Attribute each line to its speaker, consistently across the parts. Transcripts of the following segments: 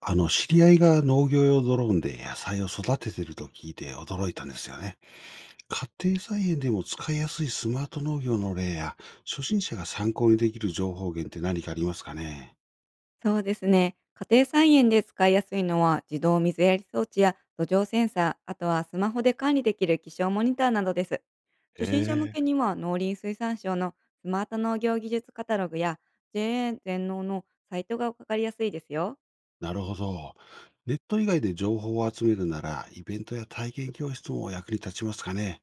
Speaker 1: 知り合いが農業用ドローンで野菜を育ててると聞いて驚いたんですよね。家庭菜園でも使いやすいスマート農業の例や、初心者が参考にできる情報源って何かありますかね？
Speaker 2: そうですね。家庭菜園で使いやすいのは自動水やり装置や土壌センサー、あとはスマホで管理できる気象モニターなどです。初心者向
Speaker 1: え
Speaker 2: け
Speaker 1: え。
Speaker 2: には農林水産省のスマート農業技術カタログや JA 全農のサイトがわかりやすいですよ。
Speaker 1: なるほど。ネット以外で情報を集めるなら、イベントや体験教室も役に立ちますかね？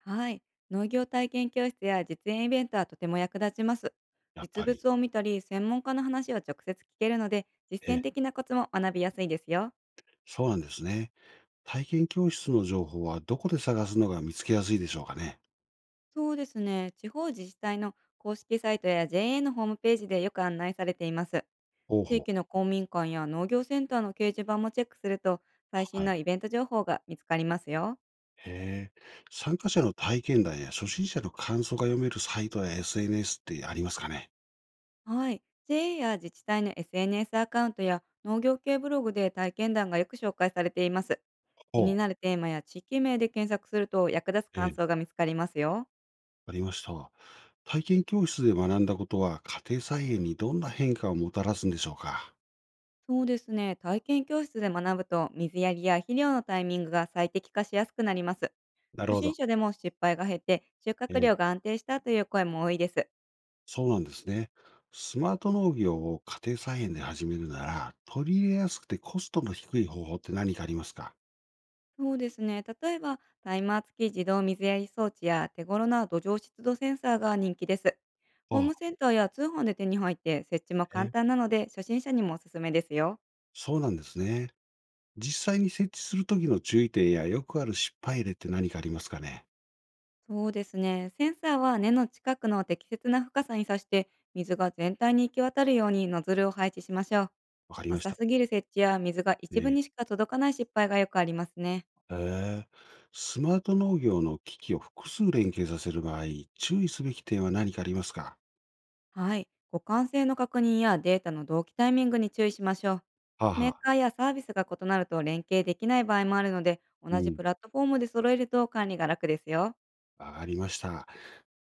Speaker 2: はい。農業体験教室や実演イベントはとても役立ちます。
Speaker 1: やっ
Speaker 2: 実
Speaker 1: ぱり。
Speaker 2: 物を見たり、専門家の話を直接聞けるので、
Speaker 1: え
Speaker 2: 実践
Speaker 1: え、
Speaker 2: 的なコツも学びやすいですよ。
Speaker 1: そうなんですね。体験教室の情報はどこで探すのが見つけやすいでしょうかね？
Speaker 2: そうですね。地方自治体の公式サイトや JA のホームページでよく案内されています。
Speaker 1: 方
Speaker 2: 地
Speaker 1: 法。
Speaker 2: 域の公民館や農業センターの掲示板もチェックすると、最新
Speaker 1: はい。
Speaker 2: のイベント情報が見つかりますよ。
Speaker 1: へえ。参加者の体験談や初心者の感想が読めるサイトや SNS ってありますかね？
Speaker 2: はい。JA や自治体の SNS アカウントや農業系ブログで体験談がよく紹介されています。気
Speaker 1: ほ
Speaker 2: に
Speaker 1: う。
Speaker 2: なるテーマや地域名で検索すると役立つ
Speaker 1: え
Speaker 2: 感
Speaker 1: え、
Speaker 2: 想が見つかりますよ。
Speaker 1: ありました。体験教室で学んだことは家庭菜園にどんな変化をもたらすんでしょうか？
Speaker 2: そうですね。体験教室で学ぶと、水やりや肥料のタイミングが最適化しやすくなります。
Speaker 1: なる
Speaker 2: 初
Speaker 1: ほ
Speaker 2: 心
Speaker 1: ど。
Speaker 2: 者でも失敗が減って、収穫
Speaker 1: ええ、
Speaker 2: 量が安定したという声も多いです。
Speaker 1: そうなんですね。スマート農業を家庭菜園で始めるなら、取り入れやすくてコストの低い方法って何かありますか？
Speaker 2: そうですね。例えば、タイマー付き自動水やり装置や手頃な土壌湿度センサーが人気です。
Speaker 1: あ
Speaker 2: ホーム
Speaker 1: あ、
Speaker 2: センターや通販で手に入って、設置も簡
Speaker 1: え、
Speaker 2: 単なので初心者にもおすすめですよ。
Speaker 1: そうなんですね。実際に設置するときの注意点やよくある失敗例って何かありますかね？
Speaker 2: そうですね。センサーは根の近くの適切な深さに挿して、水が全体に行き渡るようにノズルを配置しましょう。
Speaker 1: わかりまし
Speaker 2: 浅
Speaker 1: た。
Speaker 2: すぎる設置や水が
Speaker 1: え
Speaker 2: 一部
Speaker 1: え。
Speaker 2: にしか届かない失敗がよくありますね。
Speaker 1: へえ。スマート農業の機器を複数連携させる場合、注意すべき点は何かありますか？
Speaker 2: はい。互換性の確認やデータの同期タイミングに注意しましょう。
Speaker 1: はあは
Speaker 2: メー
Speaker 1: あ。
Speaker 2: カーやサービスが異なると連携できない場合もあるので、同
Speaker 1: う
Speaker 2: じ
Speaker 1: ん、
Speaker 2: プラットフォームで揃えると管理が楽ですよ。
Speaker 1: わかりました。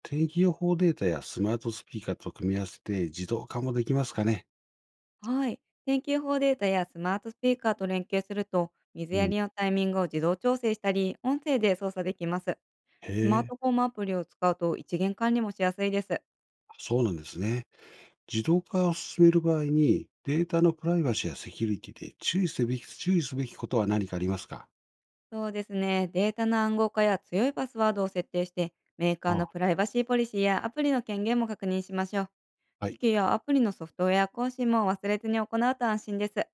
Speaker 1: 天気予報データやスマートスピーカーと組み合わせて自動化もできますかね？
Speaker 2: はい。天気予報データやスマートスピーカーと連携すると、水
Speaker 1: う
Speaker 2: や
Speaker 1: ん。
Speaker 2: りのタイミングを自動調整したり、音声で操作できます。
Speaker 1: へ
Speaker 2: スマー
Speaker 1: え、
Speaker 2: トフォームアプリを使うと一元管理もしやすいです。
Speaker 1: そうなんですね。自動化を進める場合に、データのプライバシーやセキュリティで注意すべきことは何かありますか？
Speaker 2: そうですね。データの暗号化や強いパスワードを設定して、メーカ
Speaker 1: あ
Speaker 2: ー
Speaker 1: あ。
Speaker 2: のプライバシーポリシーやアプリの権限も確認しましょう。
Speaker 1: は
Speaker 2: 機
Speaker 1: い。
Speaker 2: 器やアプリのソフトウェア更新も忘れずに行うと安心です。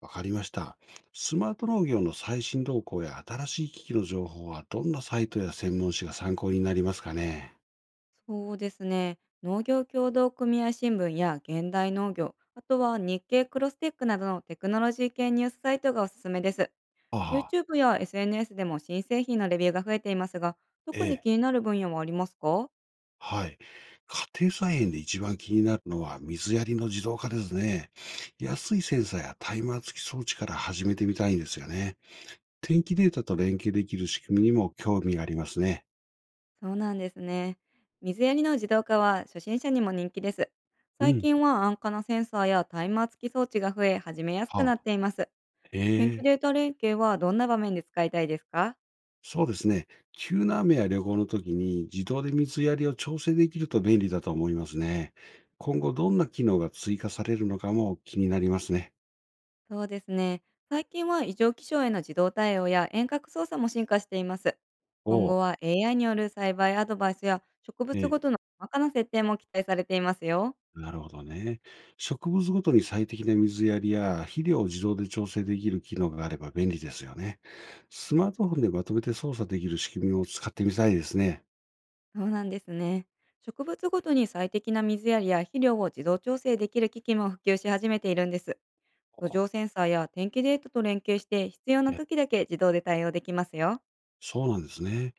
Speaker 1: わかりました。スマート農業の最新動向や新しい機器の情報はどんなサイトや専門誌が参考になりますかね？
Speaker 2: そうですね。農業協同組合新聞や現代農業、あとは日経クロステックなどのテクノロジー系ニュースサイトがおすすめです。
Speaker 1: ああ、
Speaker 2: YouTube や SNS でも新製品のレビューが増えていますが、
Speaker 1: え
Speaker 2: 特に
Speaker 1: え、
Speaker 2: 気になる分野はありますか？
Speaker 1: はい。家庭菜園で一番気になるのは水やりの自動化ですね。安いセンサーやタイマー付き装置から始めてみたいんですよね。天気データと連携できる仕組みにも興味がありますね。
Speaker 2: そうなんですね。水やりの自動化は初心者にも人気です。
Speaker 1: う
Speaker 2: 最
Speaker 1: ん。
Speaker 2: 近は安価なセンサーやタイマー付き装置が増え、始めやすくな
Speaker 1: は
Speaker 2: っ
Speaker 1: あ、
Speaker 2: ています。天
Speaker 1: え
Speaker 2: 気
Speaker 1: え。
Speaker 2: データ連携はどんな場面で使いたいですか？
Speaker 1: そうですね。急な雨や旅行の時に自動で水やりを調整できると便利だと思いますね。今後どんな機能が追加されるのかも気になりますね。
Speaker 2: そうですね。最近は異常気象への自動対応や遠隔操作も進化しています。
Speaker 1: お
Speaker 2: 今
Speaker 1: う。
Speaker 2: 後は AI による栽培アドバイスや植
Speaker 1: え
Speaker 2: 物ご
Speaker 1: え、
Speaker 2: との細かな設定も期待されていますよ。
Speaker 1: なるほどね。植物ごとに最適な水やりや肥料を自動で調整できる機能があれば便利ですよね。スマートフォンでまとめて操作できる仕組みを使ってみたいですね。
Speaker 2: そうなんですね。植物ごとに最適な水やりや肥料を自動調整できる機器も普及し始めているんです。土
Speaker 1: お。
Speaker 2: 壌センサーや天気データと連携して、必要な
Speaker 1: え。
Speaker 2: 時だけ自動で対応できますよ。
Speaker 1: そうなんですね。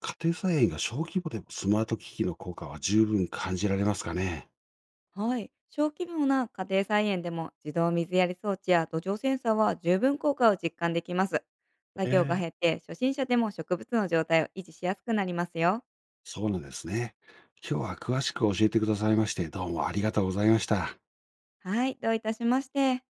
Speaker 1: 家庭菜園が小規模でもスマート機器の効果は十分感じられますかね。
Speaker 2: はい。小規模な家庭菜園でも自動水やり装置や土壌センサーは十分効果を実感できます。作業が
Speaker 1: え
Speaker 2: 減っ
Speaker 1: え。
Speaker 2: て、初心者でも植物の状態を維持しやすくなりますよ。
Speaker 1: そうなんですね。今日は詳しく教えてくださいまして、どうもありがとうございました。
Speaker 2: はい。どういたしまして。